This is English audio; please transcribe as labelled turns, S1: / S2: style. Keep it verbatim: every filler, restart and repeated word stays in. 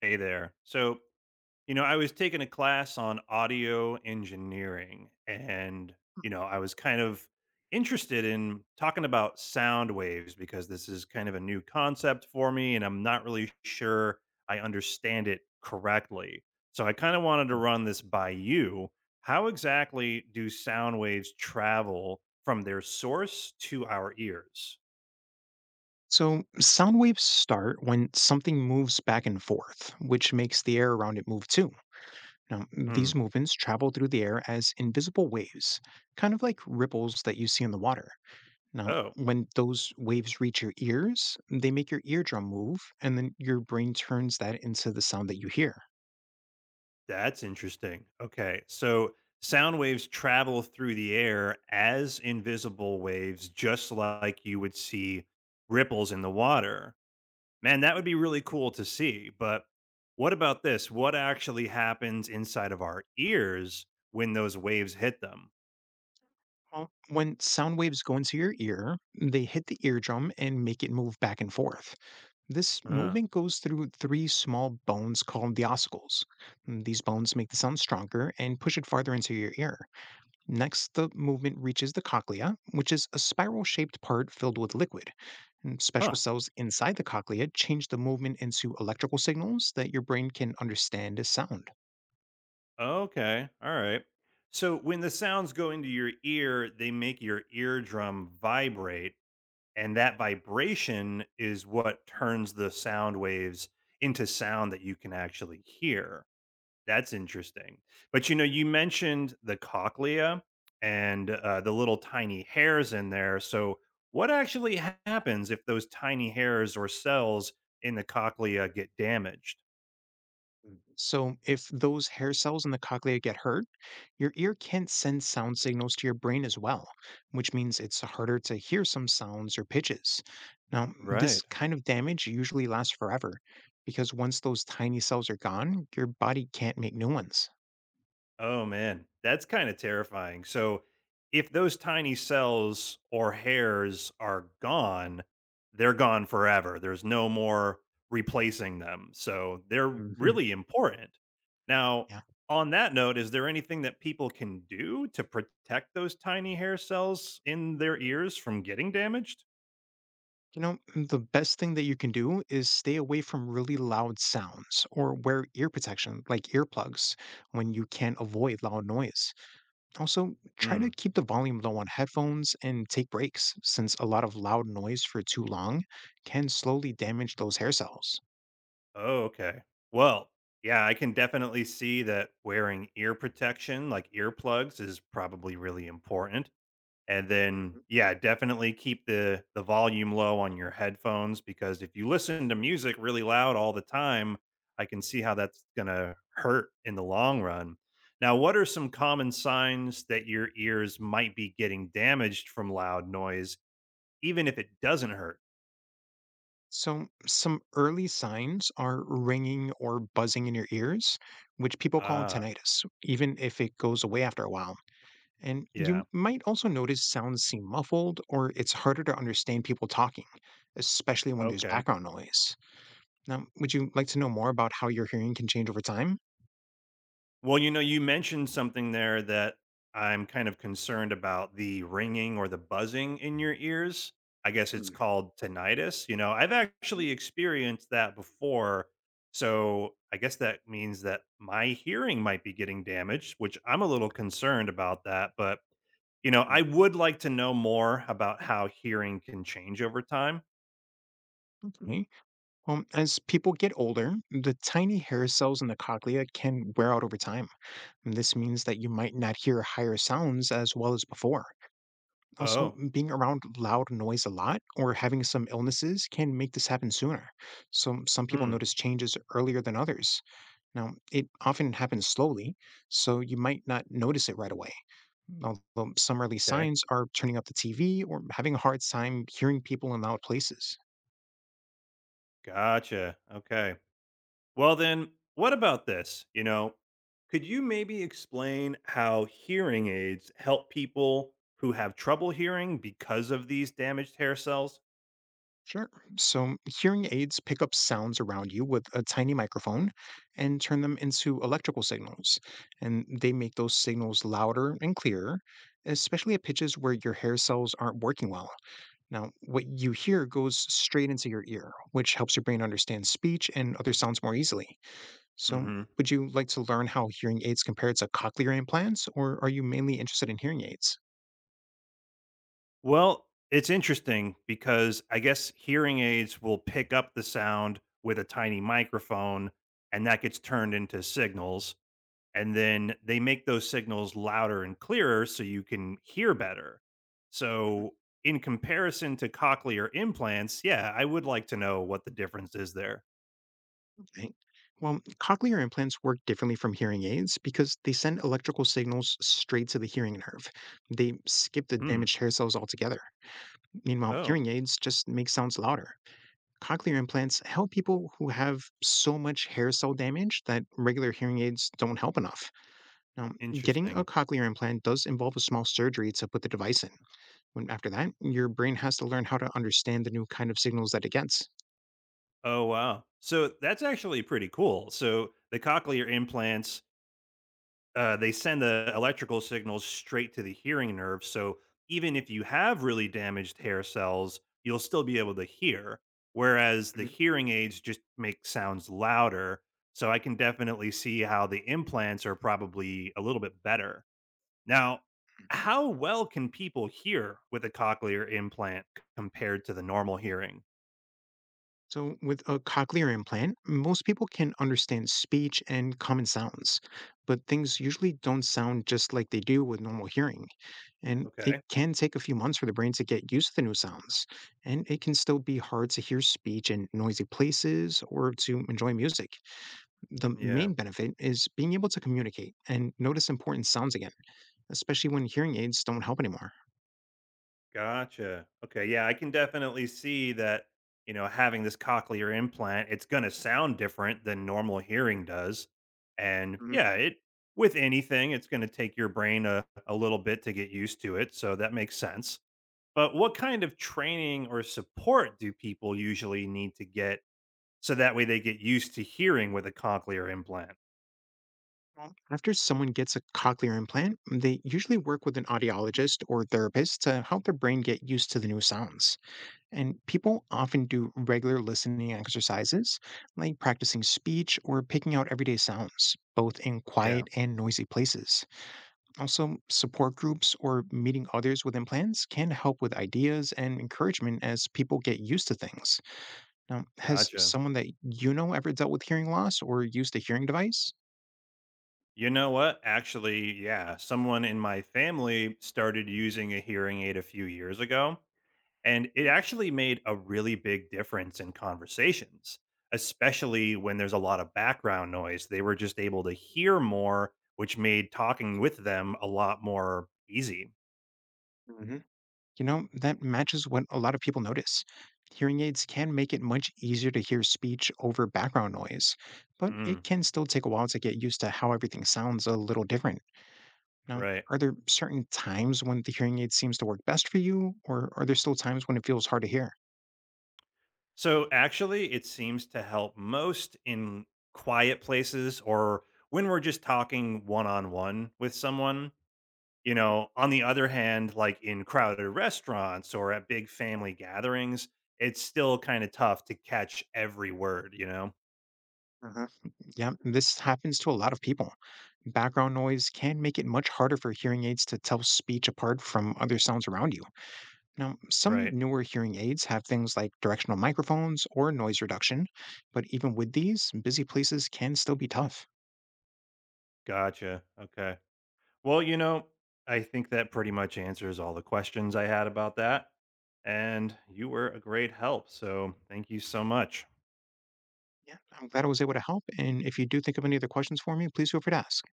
S1: Hey there. So, you know, I was taking a class on audio engineering and,
S2: Hmm.
S1: you know, I was kind of interested in talking about sound waves because this is kind of a new concept for me and I'm not really sure I understand it correctly. So, I kind of wanted to
S2: Hmm.
S1: run this by you. How exactly do sound waves travel from their source to our ears?
S2: So, sound waves start when something moves back and forth, which makes the air around it move too. Now,
S1: Hmm.
S2: these movements travel through the air as invisible waves, kind of like ripples that you see in the water. Now,
S1: Oh.
S2: when those waves reach your ears, they make your eardrum move, and then your brain turns that into the sound that you hear.
S1: That's interesting. Okay. So sound waves travel through the air as invisible waves, just like you would see ripples in the water. Man, that would be really cool to see. But what about this? What actually happens inside of our ears when those waves hit them?
S2: Well, when sound waves go into your ear, they hit the eardrum and make it move back and forth. This
S1: Uh,
S2: movement goes through three small bones called the ossicles. Mm, These bones make the sound stronger and push it farther into your ear. Next, the movement reaches the cochlea, which is a spiral shaped part filled with liquid. And special
S1: huh.
S2: cells inside the cochlea change the movement into electrical signals that your brain can understand as sound.
S1: Okay. All right. So when the sounds go into your ear, they make your eardrum vibrate and that vibration is what turns the sound waves into sound that you can actually hear. That's interesting. But you know, you mentioned the cochlea and uh, the little tiny hairs in there. So, what actually ha- happens if those tiny hairs or cells in the cochlea get damaged?
S2: So, if those hair cells in the cochlea get hurt, your ear can't send sound signals to your brain as well, which means it's harder to hear some sounds or pitches. Now, this
S1: Right.
S2: kind of damage usually lasts forever because once those tiny cells are gone, your body can't make new ones.
S1: Oh man, that's kind of terrifying. So, if those tiny cells or hairs are gone, they're gone forever. There's no more replacing them. So, they're
S2: Mhm.
S1: really important. Now,
S2: Yeah.
S1: on that note, is there anything that people can do to protect those tiny hair cells in their ears from getting damaged?
S2: You know, mm, the best thing that you can do is stay away from really loud sounds or wear ear protection like earplugs when you can't avoid loud noise. Also, try to
S1: Hmm.
S2: keep the volume low on headphones and take breaks, since a lot of loud noise for too long can slowly damage those hair cells.
S1: Oh, okay. Well, yeah, I can definitely see that wearing ear protection, like earplugs, is probably really important. And then, yeah, definitely keep the the volume low on your headphones because if you listen to music really loud all the time, I can see how that's gonna hurt in the long run. Now, what are some common signs that your ears might be getting damaged from loud noise, even if it doesn't hurt?
S2: So, some early signs are ringing or buzzing in your ears, which people call
S1: Ah,
S2: tinnitus, even if it goes away after a while. And you
S1: yeah.
S2: might also notice sounds seem muffled or it's harder to understand people talking, especially when there's
S1: Okay.
S2: background noise. Now, would you like to know more about how your hearing can change over time?
S1: Well, you know, you mentioned something there that I'm kind of concerned about, the ringing or the buzzing in your ears. I guess it's
S2: Hmm.
S1: called tinnitus. You know, I've actually experienced that before. So I guess that means that my hearing might be getting damaged, which I'm a little concerned about that. But, you know, I
S2: Mm.
S1: would like to know more about how hearing can change over time.
S2: Okay. Well, as people get older, the tiny hair cells in the cochlea can wear out over time. And this means that you might not hear higher sounds as well as before. Also,
S1: Oh,
S2: m- being around loud noise a lot or having some illnesses can make this happen sooner. So, some people
S1: hmm.
S2: notice changes earlier than others. Now, it often happens slowly, so you might not notice it right away. Although some early
S1: Okay.
S2: signs are turning up the T V or having a hard time hearing people in loud places.
S1: Gotcha. Okay. Well, then, what about this? You know, could you maybe explain how hearing aids help people who have trouble hearing because of these damaged hair cells?
S2: Sure. So hearing aids pick up sounds around you with a tiny microphone and turn them into electrical signals. And they make those signals louder and clearer, especially at pitches where your hair cells aren't working well. Now, what you hear goes straight into your ear, which helps your brain understand speech and other sounds more easily. So,
S1: Hmm.
S2: would you like to learn how hearing aids compare to cochlear implants, or are you mainly interested in hearing aids?
S1: Well, it's interesting because I guess hearing aids will pick up the sound with a tiny microphone and that gets turned into signals, and then they make those signals louder and clearer so you can hear better. So, in comparison to cochlear implants, yeah, I would like to know what the difference is there.
S2: Right. Well, cochlear implants work differently from hearing aids because they send electrical signals straight to the hearing nerve. They skip the
S1: Hmm.
S2: damaged hair cells altogether. Meanwhile,
S1: Oh,
S2: hearing aids just make sounds louder. Cochlear implants help people who have so much hair cell damage that regular hearing aids don't help enough. Now, getting a
S1: interesting.
S2: cochlear implant does involve a small surgery to put the device in. When, after that, your brain has to learn how to understand the new kind of signals that it gets.
S1: Oh, wow. So that's actually pretty cool. So the cochlear implants uh, they send the electrical signals straight to the hearing nerve. So even if you have really damaged hair cells, you'll still be able to hear. Whereas the hearing aids just make sounds louder. So I can definitely see how the implants are probably a little bit better. Now, how well can people hear with a cochlear implant compared to the normal hearing?
S2: So, with a cochlear implant, most people can understand speech and common sounds, but things usually don't sound just like they do with normal hearing. And it
S1: Okay.
S2: can take a few months for the brain to get used to the new sounds. And it can still be hard to hear speech in noisy places or to enjoy music. The
S1: Yeah.
S2: main benefit is being able to communicate and notice important sounds again, especially when hearing aids don't help anymore.
S1: Gotcha. Okay. Yeah, I can definitely see that, you know, having this cochlear implant, it's going to sound different than normal hearing does. And yeah, it, with anything, it's going to take your brain a, a little bit to get used to it. So that makes sense. But what kind of training or support do people usually need to get so that way they get used to hearing with a cochlear implant?
S2: Well, After someone gets a cochlear implant, mm, they usually work with an audiologist or therapist to help their brain get used to the new sounds. And people often do regular listening exercises, like practicing speech or picking out everyday sounds, both in
S1: Yeah.
S2: quiet and noisy places. Also, support groups or meeting others with implants can help with ideas and encouragement as people get used to things. Now, has
S1: Gotcha.
S2: someone that you know ever dealt with hearing loss or used a hearing device?
S1: You know what? Actually, yeah, someone in my family started using a hearing aid a few years ago, and it actually made a really big difference in conversations, especially when there's a lot of background noise. They were just able to hear more, which made talking with them a lot more easy.
S2: Mhm. You know, that matches what a lot of people notice. Hearing aids can make it much easier to hear speech over background noise, but it
S1: Mm,
S2: can still take a while to get used to how everything sounds a little different. Now,
S1: right.
S2: are there certain times when the hearing aid seems to work best for you, or are there still times when it feels hard to hear?
S1: So, actually, it seems to help most in quiet places or when we're just talking one on one with someone. You know, on the other hand, like in crowded restaurants or at big family gatherings, it's still kind of tough to catch every word, you know?
S2: Uh-huh. Yeah, this happens to a lot of people. Background noise can make it much harder for hearing aids to tell speech apart from other sounds around you. Now, some
S1: Right.
S2: newer hearing aids have things like directional microphones or noise reduction, but even with these, busy places can still be tough.
S1: Gotcha. Okay. Well, you know, I think that pretty much answers all the questions I had about that. And you were a great help. So thank you so much.
S2: Yeah, I'm glad I was able to help. And if you do think of any other questions for me, please feel free to ask.